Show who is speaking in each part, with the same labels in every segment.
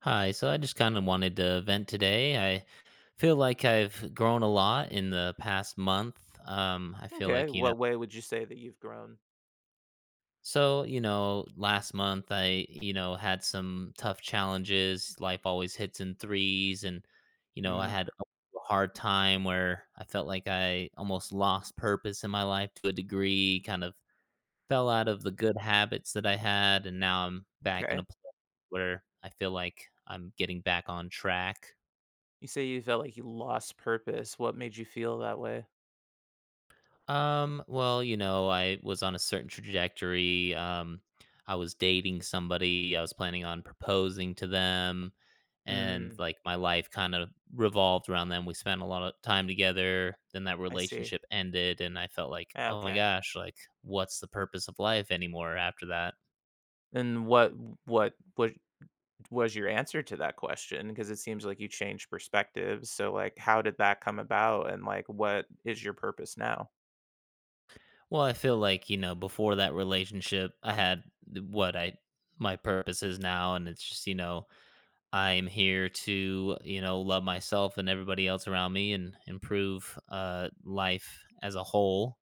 Speaker 1: Hi, so I just kind of wanted to vent today. I feel like I've grown a lot in the past month. I feel
Speaker 2: Okay,
Speaker 1: like,
Speaker 2: what way would you say that you've grown?
Speaker 1: so, last month I, had some tough challenges. Life always hits in threes. And I
Speaker 2: Mm,
Speaker 1: had a hard time where I felt like I almost lost purpose in my life to a degree, kind of fell out of the good habits that I had. And now I'm back in a
Speaker 2: okay.
Speaker 1: place where I feel like I'm getting back on track.
Speaker 2: You say you felt like you lost purpose. What made you feel that way?
Speaker 1: Well, I was on a certain trajectory. I was dating somebody, I was planning on proposing to them, and
Speaker 2: Mm,
Speaker 1: like my life kind of revolved around them. We spent a lot of time together, then that
Speaker 2: I see.
Speaker 1: relationship ended, and I felt like,
Speaker 2: Ah,
Speaker 1: oh my
Speaker 2: Okay.
Speaker 1: gosh, like what's the purpose of life anymore after that?
Speaker 2: And what was your answer to that question? Because it seems like you changed perspectives. So like how did that come about and like what is your purpose now?
Speaker 1: Well, I feel like, before that relationship, I had what I my purpose is now, and it's just, I'm here to, love myself and everybody else around me and improve life as a whole.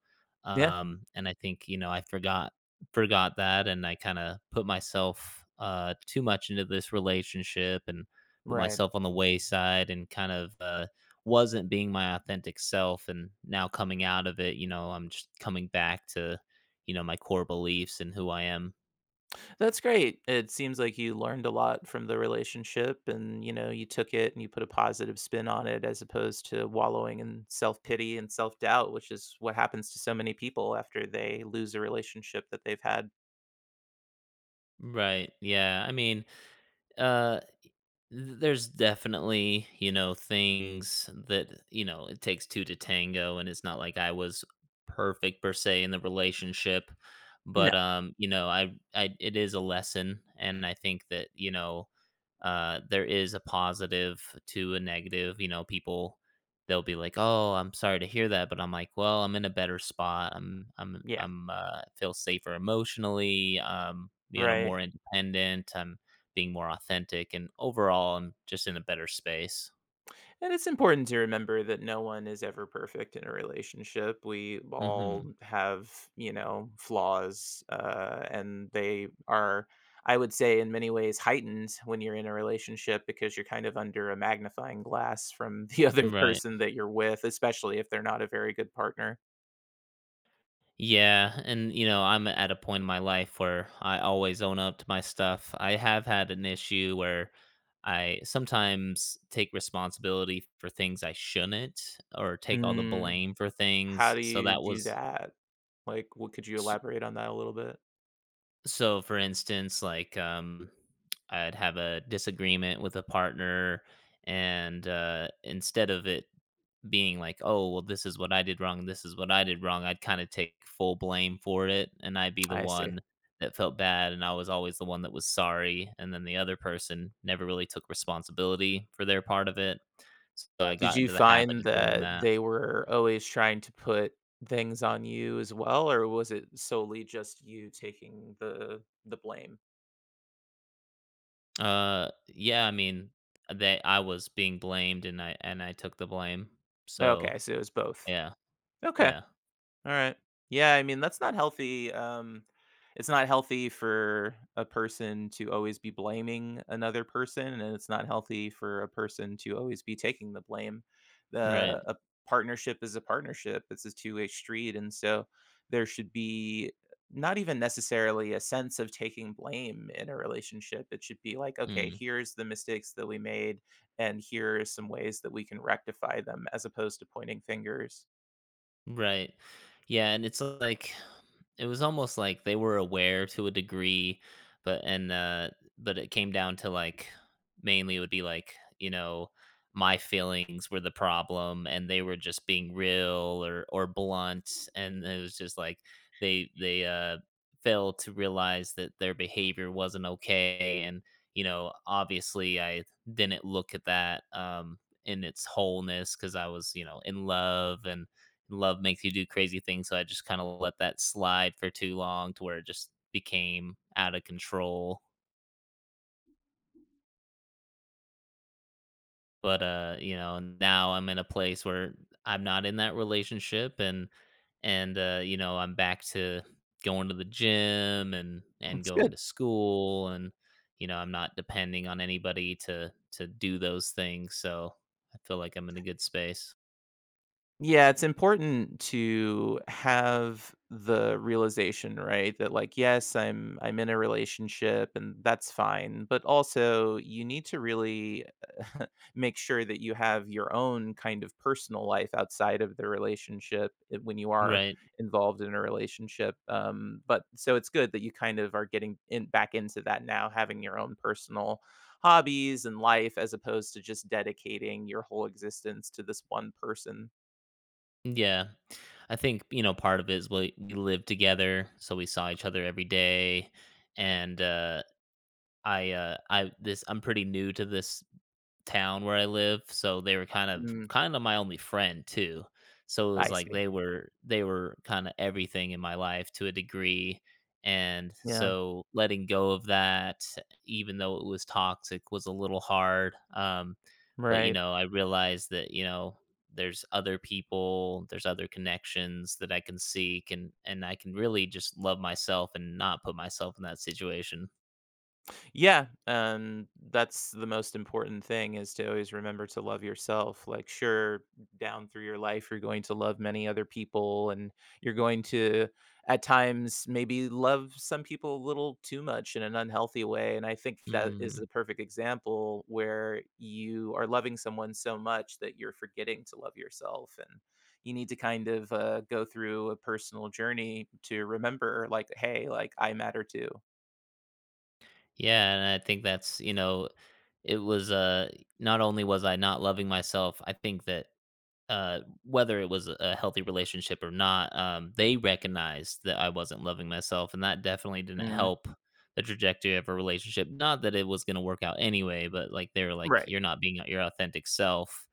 Speaker 2: Yeah.
Speaker 1: And I think, I forgot that and I kind of put myself too much into this relationship and put
Speaker 2: Right.
Speaker 1: myself on the wayside and kind of wasn't being my authentic self and now coming out of it, I'm just coming back to, my core beliefs and who I am.
Speaker 2: That's great. It seems like you learned a lot from the relationship and, you know, you took it and you put a positive spin on it as opposed to wallowing in self-pity and self-doubt, which is what happens to so many people after they lose a relationship that they've had.
Speaker 1: Right. Yeah. I mean, uh there's definitely, things that, it takes 2 to tango, and it's not like I was perfect per se in the relationship,
Speaker 2: No.
Speaker 1: but, I it is a lesson, and I think that, there is a positive to a negative, people they'll be like, "Oh, I'm sorry to hear that," but I'm like, "Well, I'm in a better spot.
Speaker 2: Yeah,
Speaker 1: Feel safer emotionally,
Speaker 2: right.
Speaker 1: more independent, I'm being more authentic and overall I'm just in a better space."
Speaker 2: And it's important to remember that no one is ever perfect in a relationship. We
Speaker 1: Mhm.
Speaker 2: all have, you know, flaws, and they are, I would say, in many ways heightened when you're in a relationship because you're kind of under a magnifying glass from the other
Speaker 1: Right.
Speaker 2: person that you're with, especially if they're not a very good partner.
Speaker 1: Yeah, and I'm at a point in my life where I always own up to my stuff. I have had an issue where I sometimes take responsibility for things I shouldn't or take all the
Speaker 2: Hmm.
Speaker 1: blame for
Speaker 2: How
Speaker 1: things,
Speaker 2: do
Speaker 1: so
Speaker 2: you
Speaker 1: that
Speaker 2: do
Speaker 1: was.
Speaker 2: that? Like, what could you elaborate on that a little bit?
Speaker 1: So, for instance, like, I'd have a disagreement with a partner, and, instead of it being like, "Oh, well, this is what I did wrong, this is what I did wrong," I'd kinda take full blame for it, and I'd be the
Speaker 2: I see.
Speaker 1: one that felt bad, and I was always the one that was sorry, and then the other person never really took responsibility for their part of it. So, I
Speaker 2: Did
Speaker 1: got
Speaker 2: you
Speaker 1: into the habit
Speaker 2: find
Speaker 1: of doing
Speaker 2: that
Speaker 1: that.
Speaker 2: they were always trying to put things on you as well, or was it solely just you taking the blame?
Speaker 1: Yeah, I mean, they I was being blamed, and I took the blame. So.
Speaker 2: Okay, so it was both.
Speaker 1: Yeah.
Speaker 2: Okay.
Speaker 1: Yeah.
Speaker 2: Alright. Yeah, I mean, that's not healthy, it's not healthy for a person to always be blaming another person, and it's not healthy for a person to always be taking the blame. The
Speaker 1: Right.
Speaker 2: a partnership is a partnership, it's a two-way street, and so there should be not even necessarily a sense of taking blame in a relationship, it should be like, "Okay,
Speaker 1: Mm.
Speaker 2: here's the mistakes that we made, and here are some ways that we can rectify them," as opposed to pointing fingers.
Speaker 1: Right. Yeah, and it's like it was almost like they were aware to a degree, but and uh but it came down to like mainly it would be like, my feelings were the problem and they were just being real or blunt and it was just like they failed to realize that their behavior wasn't okay and obviously I didn't look at that in its wholeness cuz I was, in love and love makes you do crazy things. So I just kind of let that slide for too long to where it just became out of control. But now I'm in a place where I'm not in that relationship and I'm back to going to the gym and
Speaker 2: That's
Speaker 1: going to
Speaker 2: good.
Speaker 1: school and I'm not depending on anybody to do those things. So I feel like I'm in a good space.
Speaker 2: Yeah, it's important to have the realization, right? That like, yes, I'm in a relationship and that's fine, but also you need to really make sure that you have your own kind of personal life outside of the relationship I- when you are
Speaker 1: Right.
Speaker 2: involved in a relationship. But so it's good that you kind of are getting in back into that now, having your own personal hobbies and life as opposed to just dedicating your whole existence to this one person.
Speaker 1: Yeah. I think, part of it is we lived together, so we saw each other every day. And I'm pretty new to this town where I live, so they were kind of
Speaker 2: Mm,
Speaker 1: kind of my only friend too. So it was
Speaker 2: I
Speaker 1: like
Speaker 2: see.
Speaker 1: they were kind of everything in my life to a degree. And
Speaker 2: Yeah,
Speaker 1: so letting go of that, even though it was toxic, was a little hard. Um, but you
Speaker 2: right.
Speaker 1: know, I realized that, there's other people, there's other connections that I can seek and I can really just love myself and not put myself in that situation.
Speaker 2: Yeah, that's the most important thing is to always remember to love yourself. Like, sure, down through your life, you're going to love many other people, and you're going to, at times, maybe love some people a little too much in an unhealthy way. And I think that is the perfect example where you are loving someone so much that you're forgetting to love yourself. And you need to kind of go through a personal journey to remember, like, hey, like, I matter too.
Speaker 1: Yeah, and I think that's, it was not only was I not loving myself, I think that whether it was a healthy relationship or not, they recognized that I wasn't loving myself, and that definitely didn't
Speaker 2: Mm,
Speaker 1: help the trajectory of a relationship. Not that it was going to work out anyway, but like they were like,
Speaker 2: right.
Speaker 1: "You're not being your authentic self,"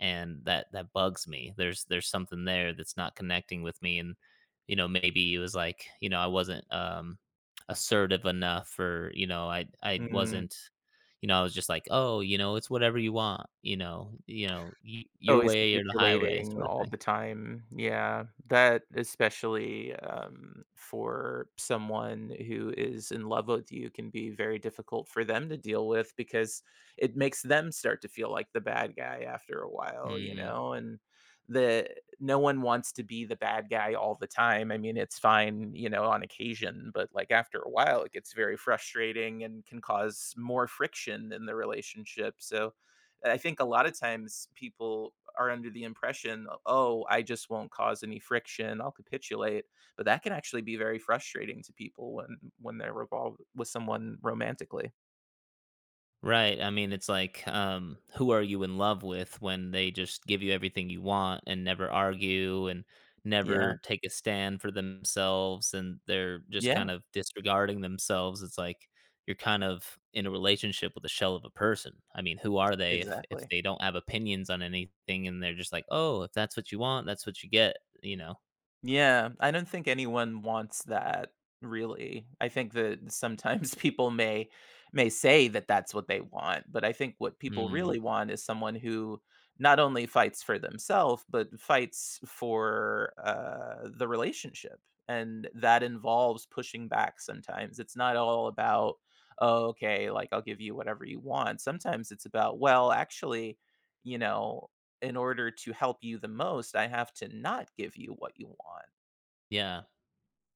Speaker 1: and that bugs me. There's something there that's not connecting with me, and maybe it was like I wasn't assertive enough, or I
Speaker 2: Mm.
Speaker 1: wasn't I was just like, "Oh, it's whatever you want, y your
Speaker 2: Always
Speaker 1: way or the highway
Speaker 2: capitulating
Speaker 1: sort of
Speaker 2: all
Speaker 1: thing."
Speaker 2: the time. Yeah, that especially, for someone who is in love with you can be very difficult for them to deal with because it makes them start to feel like the bad guy after a while, you
Speaker 1: Mm,
Speaker 2: know, and the no one wants to be the bad guy all the time. I mean, it's fine, you know, on occasion, but, like, after a while, it gets very frustrating and can cause more friction in the relationship, so I think a lot of times people are under the impression, oh, I just won't cause any friction. I'll capitulate. But that can actually be very frustrating to people when they're involved with someone romantically.
Speaker 1: right, I mean, it's like, who are you in love with when they just give you everything you want and never argue and
Speaker 2: Yeah.
Speaker 1: never take a stand for themselves, and they're just kind
Speaker 2: Yeah.
Speaker 1: of disregarding themselves? It's like you're kind of in a relationship with a shell of a person. I mean, who are they if
Speaker 2: Exactly.
Speaker 1: they don't have opinions on anything and they're just like, "Oh, if that's what you want, that's what you get," you know?
Speaker 2: Yeah, I don't think anyone wants that really. I think that sometimes people may say that that's what they want, but I think what people
Speaker 1: Mm.
Speaker 2: really want is someone who not only fights for themselves but fights for the relationship, and that involves pushing back. Sometimes it's not all about oh, okay, like I'll give you whatever you want. Sometimes it's about well, actually, you know in order to help you the most, I have to not give you what you want.
Speaker 1: Yeah,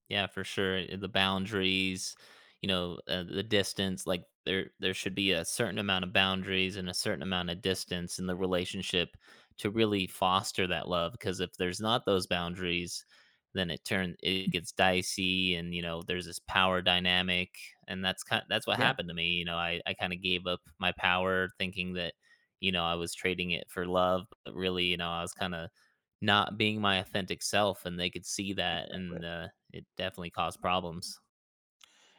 Speaker 1: yeah, for sure, eh, the boundaries, the distance, like, there should be a certain amount of boundaries and a certain amount of distance in the relationship to really foster that love. Because if there's not those boundaries, then it gets dicey and, there's this power dynamic, and that's what
Speaker 2: Yeah,
Speaker 1: happened to me, I kinda gave up my power thinking that, I was trading it for love, but really, I was kinda not being my authentic self and they could see that
Speaker 2: exactly.
Speaker 1: and it definitely caused problems.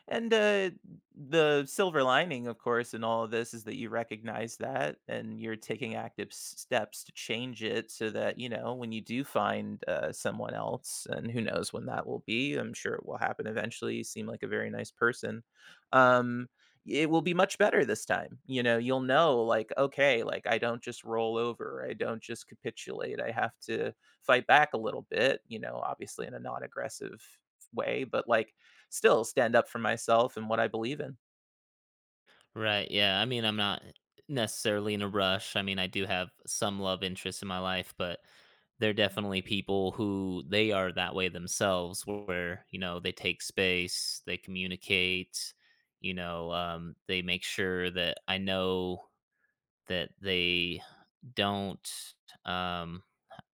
Speaker 2: And the silver lining, of course, in all of this is that you recognize that and you're taking active steps to change it so that, you know, when you do find someone else, and who knows when that will be, I'm sure it will happen eventually. You seem like a very nice person. Um, it will be much better this time. You know, you'll know, like, okay, like I don't just roll over, I don't just capitulate, I have to fight back a little bit, you know, obviously in a non aggressive way, but like, still stand up for myself and what I believe in.
Speaker 1: Right. Yeah. I mean, I'm not necessarily in a rush. I mean, I do have some love interests in my life, but they're definitely people who they are that way themselves, where they take space, they communicate, they make sure that I know that they don't um,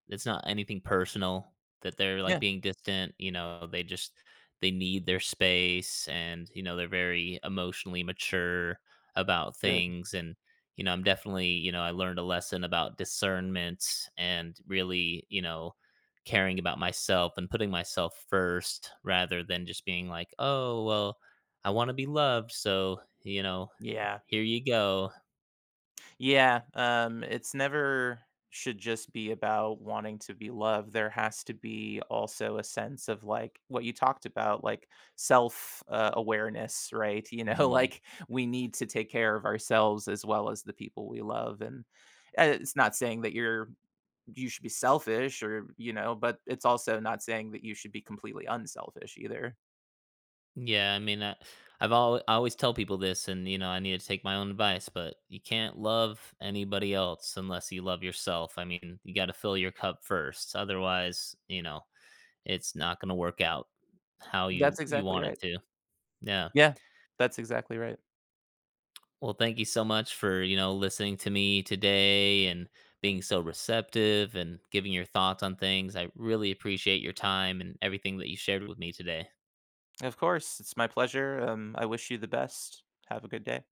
Speaker 1: it's not anything personal that they're, like,
Speaker 2: Yeah,
Speaker 1: being distant, they need their space and, they're very emotionally mature about
Speaker 2: good.
Speaker 1: things. And, I'm definitely you know, I learned a lesson about discernment and really, caring about myself and putting myself first rather than just being like, "Oh, well, I wanna be loved, so,
Speaker 2: Yeah.
Speaker 1: here you go."
Speaker 2: Yeah, it's never should just be about wanting to be loved. There has to be also a sense of, like, what you talked about, like, self, awareness, right? You know,
Speaker 1: Mhm.
Speaker 2: like, we need to take care of ourselves as well as the people we love, and, it's not saying that you're you should be selfish or, you know, but it's also not saying that you should be completely unselfish either.
Speaker 1: Yeah, I mean, I always tell people this, and I need to take my own advice, but you can't love anybody else unless you love yourself. I mean, you got to fill your cup first, otherwise, it's not going to work out how you
Speaker 2: That's
Speaker 1: you
Speaker 2: exactly
Speaker 1: want it
Speaker 2: right.
Speaker 1: to. Yeah.
Speaker 2: Yeah, that's exactly right.
Speaker 1: Well, thank you so much for listening to me today and being so receptive and giving your thoughts on things. I really appreciate your time and everything that you shared with me today.
Speaker 2: Of course, it's my pleasure, I wish you the best. Have a good day.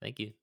Speaker 1: Thank you.